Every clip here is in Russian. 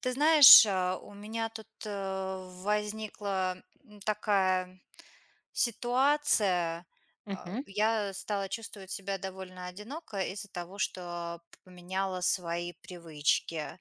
Ты знаешь, у меня тут возникла такая ситуация. А, Мгм. Я стала чувствовать себя довольно одиноко из-за того, что поменяла свои привычки.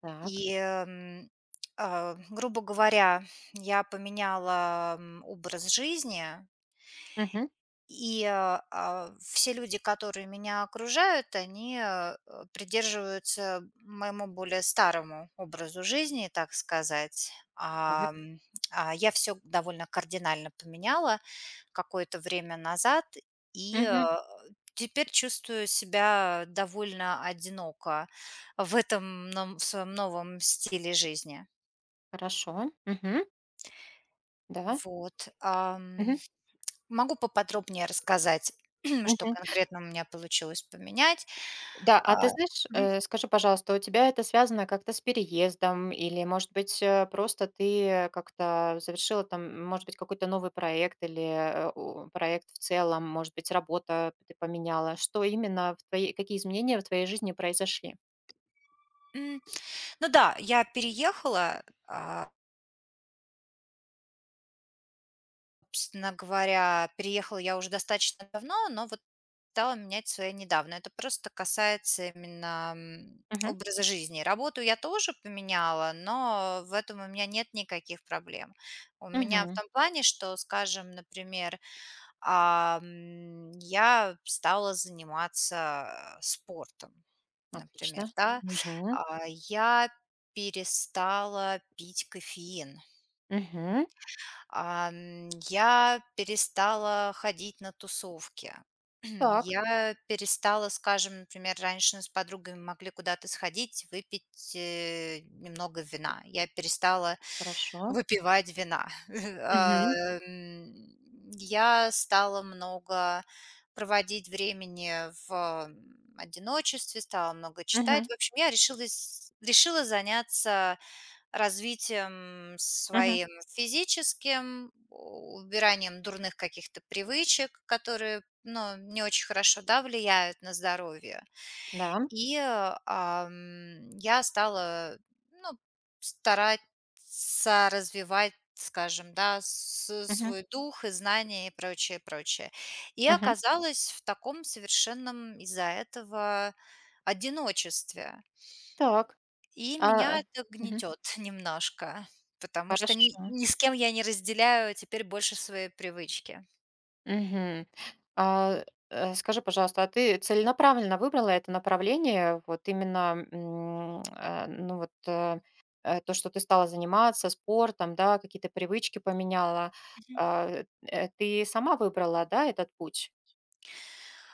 Так. И, эм, грубо говоря, я поменяла образ жизни, Мгм. и все люди, которые меня окружают, они придерживаются моему более старому образу жизни, так сказать. Так. А я все довольно кардинально поменяла какое-то время назад и Мгм. теперь чувствую себя довольно одиноко в этом ном в своем новом стиле жизни. Хорошо. Мгм. Да. Вот. Ам. Мгм. Могу поподробнее рассказать, что Мгм. конкретно у меня получилось поменять. Да, А, а ты знаешь, мгм. Скажи, пожалуйста, у тебя это связано как-то с переездом или, может быть, просто ты как-то завершила там, может быть, какой-то новый проект или проект в целом, может быть, работа ты поменяла? Что именно в твоей, какие изменения в твоей жизни произошли? М, ну да, я переехала, собственно говоря, переехала я уже достаточно давно, но вот стала менять свои недавно. Это просто касается именно Мгм. образа жизни. Работу я тоже поменяла, но в этом у меня нет никаких проблем. У меня в Мгм. том плане, что, скажем, например, я стала заниматься, спортом, например, Отлично. да. Мгм. Я перестала пить кофеин. Мгм. Я перестала ходить на тусовки. Так. Я перестала, скажем, например, раньше с подругами могли куда-то сходить, выпить, немного вина. Я перестала Хорошо. выпивать вина. А, Мгм. м, я стала много проводить времени в одиночестве, стала много читать. Мгм. В общем, я решилась решила заняться развитием Мгм. своим физическим, у убиранием дурных каких-то привычек, которые, ну, не очень хорошо, да, влияют на здоровье. Да. Я стала, ну, стараться развивать, скажем, да, с Мгм, свой дух и знания и прочее, прочее. И мгм. оказалась в таком совершенном из-за этого одиночестве. Так. И А, меня э, это Мгм. гнетет немножко, потому что ни Хорошо. ни с кем я не разделяю теперь больше свои привычки. Мгм. А, Скажи, пожалуйста, а ты целенаправленно выбрала это направление? Вот именно, ну вот, то, что ты стала заниматься спортом, да, какие-то привычки поменяла. Ты сама выбрала, да, этот путь?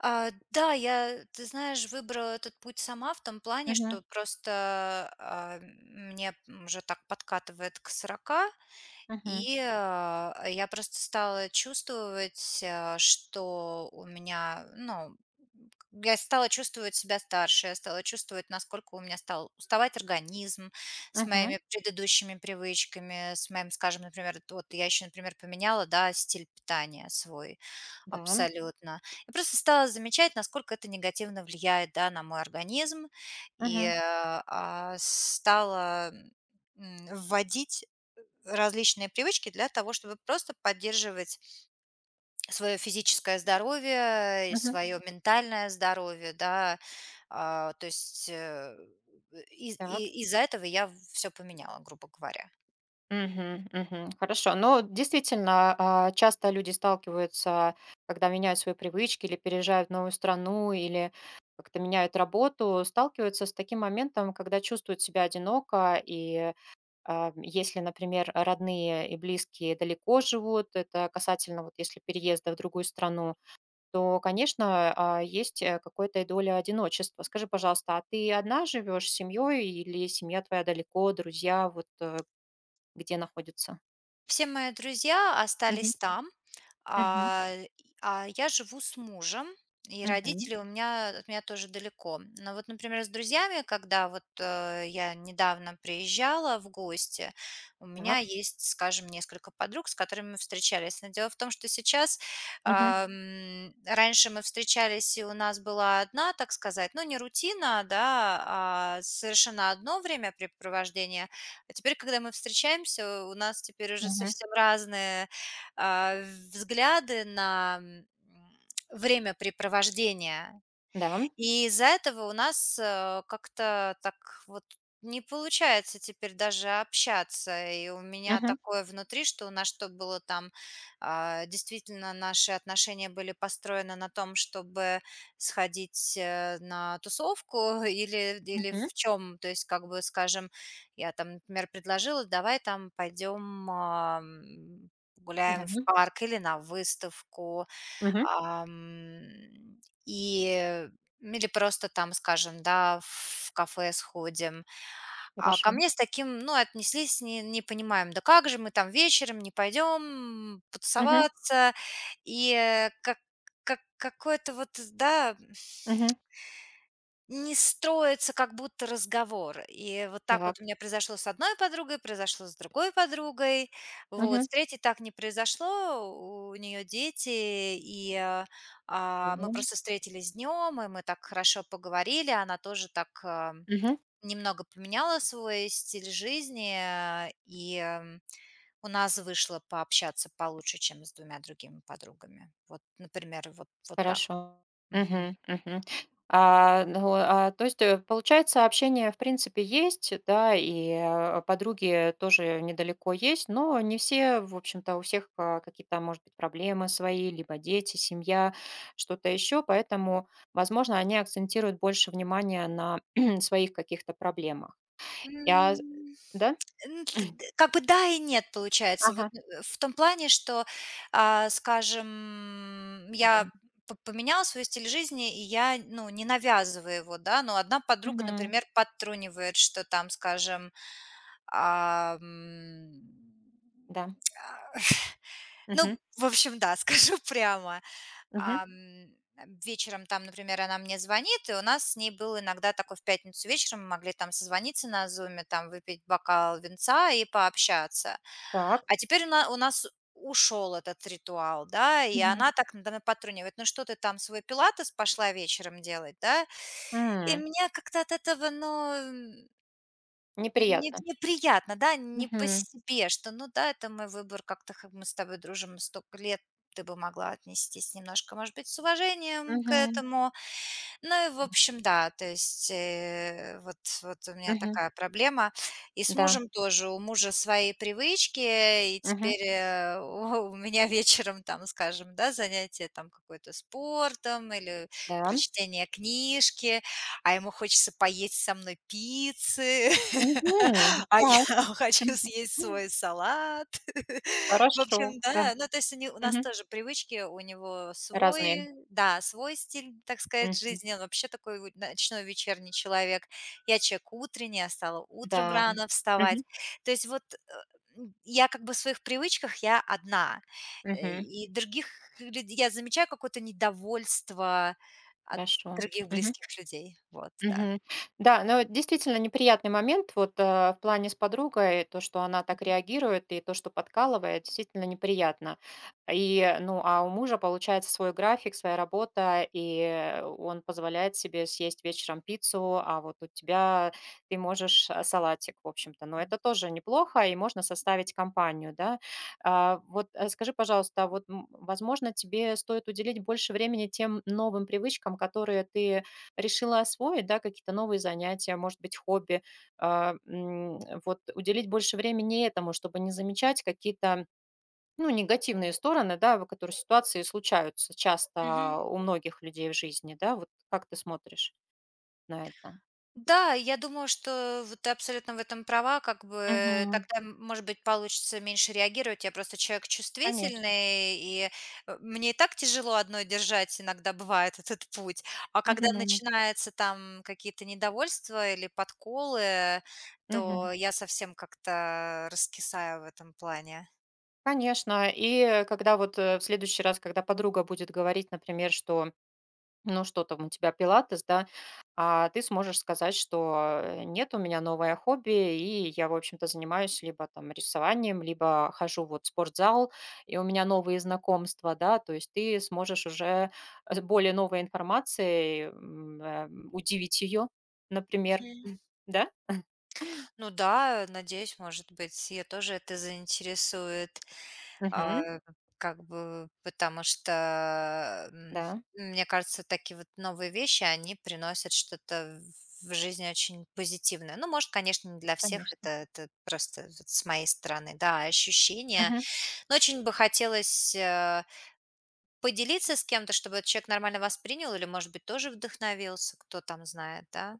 Да, я, ты знаешь, выбрала этот путь сама в том плане, Мгм, что просто, мне уже так подкатывает к сорока, мгм, и я просто стала чувствовать, что у меня, ну, я стала чувствовать себя старше, я стала чувствовать, насколько у меня стал уставать организм с мгм. моими предыдущими привычками, с моим, скажем, например, вот я еще, например, поменяла, да, стиль питания свой. Да. Абсолютно. Я просто стала замечать, насколько это негативно влияет, да, на мой организм, и, Мгм, э, а, стала, вводить различные привычки для того, чтобы просто поддерживать свое физическое здоровье, мгм. свое ментальное здоровье, да. А, то есть, э, из Так. и из-за этого я все поменяла, грубо говоря. Мгм, мгм. Хорошо. Но действительно, часто люди сталкиваются, когда меняют свои привычки или переезжают в новую страну, или как-то меняют работу, сталкиваются с таким моментом, когда чувствуют себя одиноко, и если, например, родные и близкие далеко живут, это касательно вот если переезда в другую страну, то, конечно, есть какая-то и доля одиночества. Скажи, пожалуйста, а ты одна живешь с семьей или семья твоя далеко, друзья, вот где находятся? Все мои друзья Мгм, остались там, мгм, а, и а я живу с мужем, и мгм. родители у меня от меня тоже далеко. Но вот, например, с друзьями, когда вот, я недавно приезжала в гости, у меня Так. есть, скажем, несколько подруг, с которыми мы встречались. Но дело в том, что сейчас, Мгм, раньше мы встречались, и у нас была одна, так сказать, ну, не рутина, да, а совершенно одно времяпрепровождение. А теперь, когда мы встречаемся, у нас теперь уже мгм. совсем разные, а, взгляды на, времяпрепровождение. Да. И из-за этого у нас, как-то так вот не получается теперь даже общаться. И у меня Мгм, такое внутри, что у нас что было там, действительно, наши отношения были построены на том, чтобы сходить, на тусовку или мгм. в чем. То есть, как бы, скажем, я там, например, предложила: "Давай там пойдем, Да. погуляем в парк или на выставку". Мгм. Ам, и Ну, или просто там, скажем, да, в кафе сходим. А ко Хорошо. мне с таким, ну, отнеслись не понимаем: "Да как же мы там вечером не пойдем Мгм, потусоваться?" И, э, как как какое-то вот, да, мгм. не строится как будто разговор. И вот так Так. вот у меня произошло с одной подругой, произошло с другой подругой. Вот, Мгм. с третьей так не произошло, у нее дети, и мы Да. просто встретились днем, и мы так хорошо поговорили, она тоже так Мгм. немного поменяла свой стиль жизни, и у нас вышло пообщаться получше, чем с двумя другими подругами. Вот, например, вот так. Хорошо. Мгм, мгм. Ну, то есть, получается, общение, в принципе, есть, да, и подруги тоже недалеко есть, но не все, в общем-то, у всех какие-то, может быть, проблемы свои, либо дети, семья, что-то еще, поэтому, возможно, они акцентируют больше внимания на своих каких-то проблемах. Я, М, да? н т д Как бы да и нет, получается. Вот, Ага, в том плане, что, скажем, я да. п поменяла свой стиль жизни, и я, ну, не навязываю его, да. Но одна подруга, Мгм, например, подтрунивает, что там, скажем, ам, а, м, да. ну, Мгм, в общем, да, скажу прямо. мгм. Ам, Вечером там, например, она мне звонит, и у нас с ней был иногда такой в пятницу вечером, мы могли там созвониться на "Зуме", там выпить бокал винца и пообщаться. Так. А теперь у нас ушел этот ритуал, да, и Мгм. она так надо мной подтрунивает: "Ну что ты там свой пилатес пошла вечером делать, да?" И М, мне как-то от этого, ну, не Неприятно. неприятно, да, не по Мгм. себе, что, ну да, это мой выбор, как-то как мы с тобой дружим столько лет, ты бы могла отнестись немножко, может быть, с уважением к Мгм. этому. Ну и, в общем, да, то есть э, вот, вот у меня Мгм. такая проблема. И с Да. мужем тоже. У мужа свои привычки, и Мгм. теперь у меня вечером там, скажем, да, занятие там какой-то спортом или Да. прочтение книжки, а ему хочется поесть со мной пиццы, Мгм. а я Так. хочу съесть Мгм. свой салат. В Хорошо. общем, Да. да, ну, то есть у не у нас Мгм. тоже привычки, у него Разные. свой, да, свой стиль, так сказать, Мгм. жизни. Он вообще такой вот ночной вечерний человек. Я человек утренний, я стала утром Да. рано вставать. Мгм. То есть вот, я как бы в своих привычках я одна, Мгм. и других людей я замечаю какое-то недовольство от Хорошо. других Мгм. близких людей. Вот, да. Мгм. Да, но действительно неприятный момент вот, в плане с подругой, то, что она так реагирует, и то, что подкалывает, действительно неприятно. И, ну, а у мужа получается свой график, своя работа, и он позволяет себе съесть вечером пиццу, а вот у тебя ты можешь, салатик, в общем-то. Но это тоже неплохо, и можно составить компанию, да. Скажи, пожалуйста, а вот, возможно, тебе стоит уделить больше времени тем новым привычкам, которые ты решила освоить, да, какие-то новые занятия, может быть, хобби, а, м, вот уделить больше времени этому, чтобы не замечать какие-то, ну, негативные стороны, да, в которые ситуации случаются часто у многих людей в жизни, да, вот как ты смотришь на это? Да, я думаю, что вот ты абсолютно в этом права, как бы Мгм. тогда, может быть, получится меньше реагировать. Я просто человек Конечно. чувствительный, и мне и так тяжело одной держать иногда бывает вот этот путь. А когда Мгм. начинаются там какие-то недовольства или подколы, Мгм. то я совсем как-то раскисаю в этом плане. Конечно. И когда вот в следующий раз, когда подруга будет говорить, например, что ну, что там у тебя пилатес, да, а ты сможешь сказать, что нет, у меня новое хобби, и я, в общем-то, занимаюсь либо там рисованием, либо хожу вот в спортзал, и у меня новые знакомства, да, то есть ты сможешь уже с более новой информацией удивить ее, например, Мгм. да? Ну да, надеюсь, может быть, ее тоже это заинтересует. А, Мгм. как бы, потому что, Да, мне кажется, такие вот новые вещи, они приносят что-то в жизни очень позитивное. Ну, может, конечно, не для всех, конечно. это просто вот с моей стороны, да, ощущения. Но очень бы хотелось, поделиться с кем-то, чтобы этот человек нормально воспринял или, может быть, тоже вдохновился, кто там знает, да?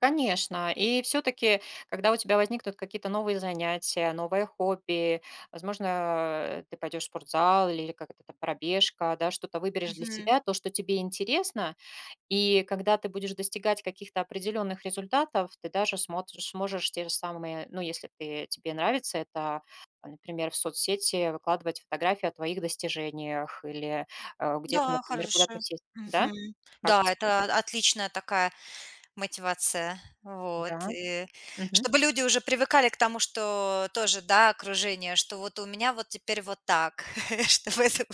Конечно. И все-таки, когда у тебя возникнут какие-то новые занятия, новое хобби, возможно, ты пойдешь в спортзал или как-то там пробежка, да, что-то выберешь для Мгм. себя, то, что тебе интересно, и когда ты будешь достигать каких-то определенных результатов, ты даже смотришь, сможешь те же самые, ну, если ты, тебе нравится это, а, например, в соцсети выкладывать фотографии о твоих достижениях или где-то, Да, например, куда-то хорошо. сесть, да? Мгм. Как Да, тебе? это отличная такая мотивация. Вот. Да. И Мгм. чтобы люди уже привыкали к тому, что тоже, да, окружение, что вот у меня вот теперь вот так, чтобы это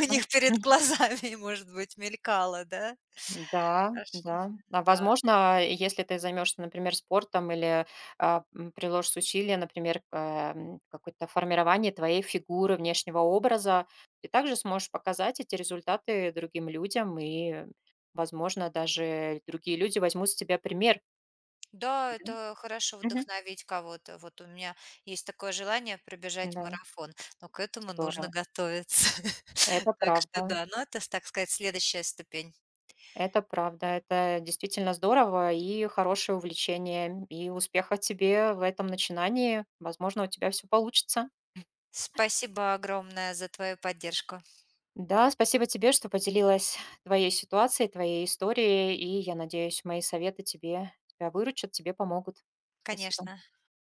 у них перед глазами, может быть, мелькало, да? Да, Аж да. А да. возможно, если ты займешься, например, спортом или, приложишь усилия, например, к, какое-то формирование твоей фигуры, внешнего образа, ты также сможешь показать эти результаты другим людям, и, возможно, даже другие люди возьмут с тебя пример. Да, Мгм. это хорошо Мгм. вдохновить кого-то. Вот у меня есть такое желание пробежать Да, марафон, но к этому нужно здорово. готовиться. Это Так что правда. да, ну это, так сказать, следующая ступень. Это правда. Это действительно здорово и хорошее увлечение. И успеха тебе в этом начинании. Возможно, у тебя все получится. Спасибо огромное за твою поддержку. Да, спасибо тебе, что поделилась твоей ситуацией, твоей историей, и я надеюсь, мои советы тебе тебя выручат, тебе помогут. Спасибо. Конечно.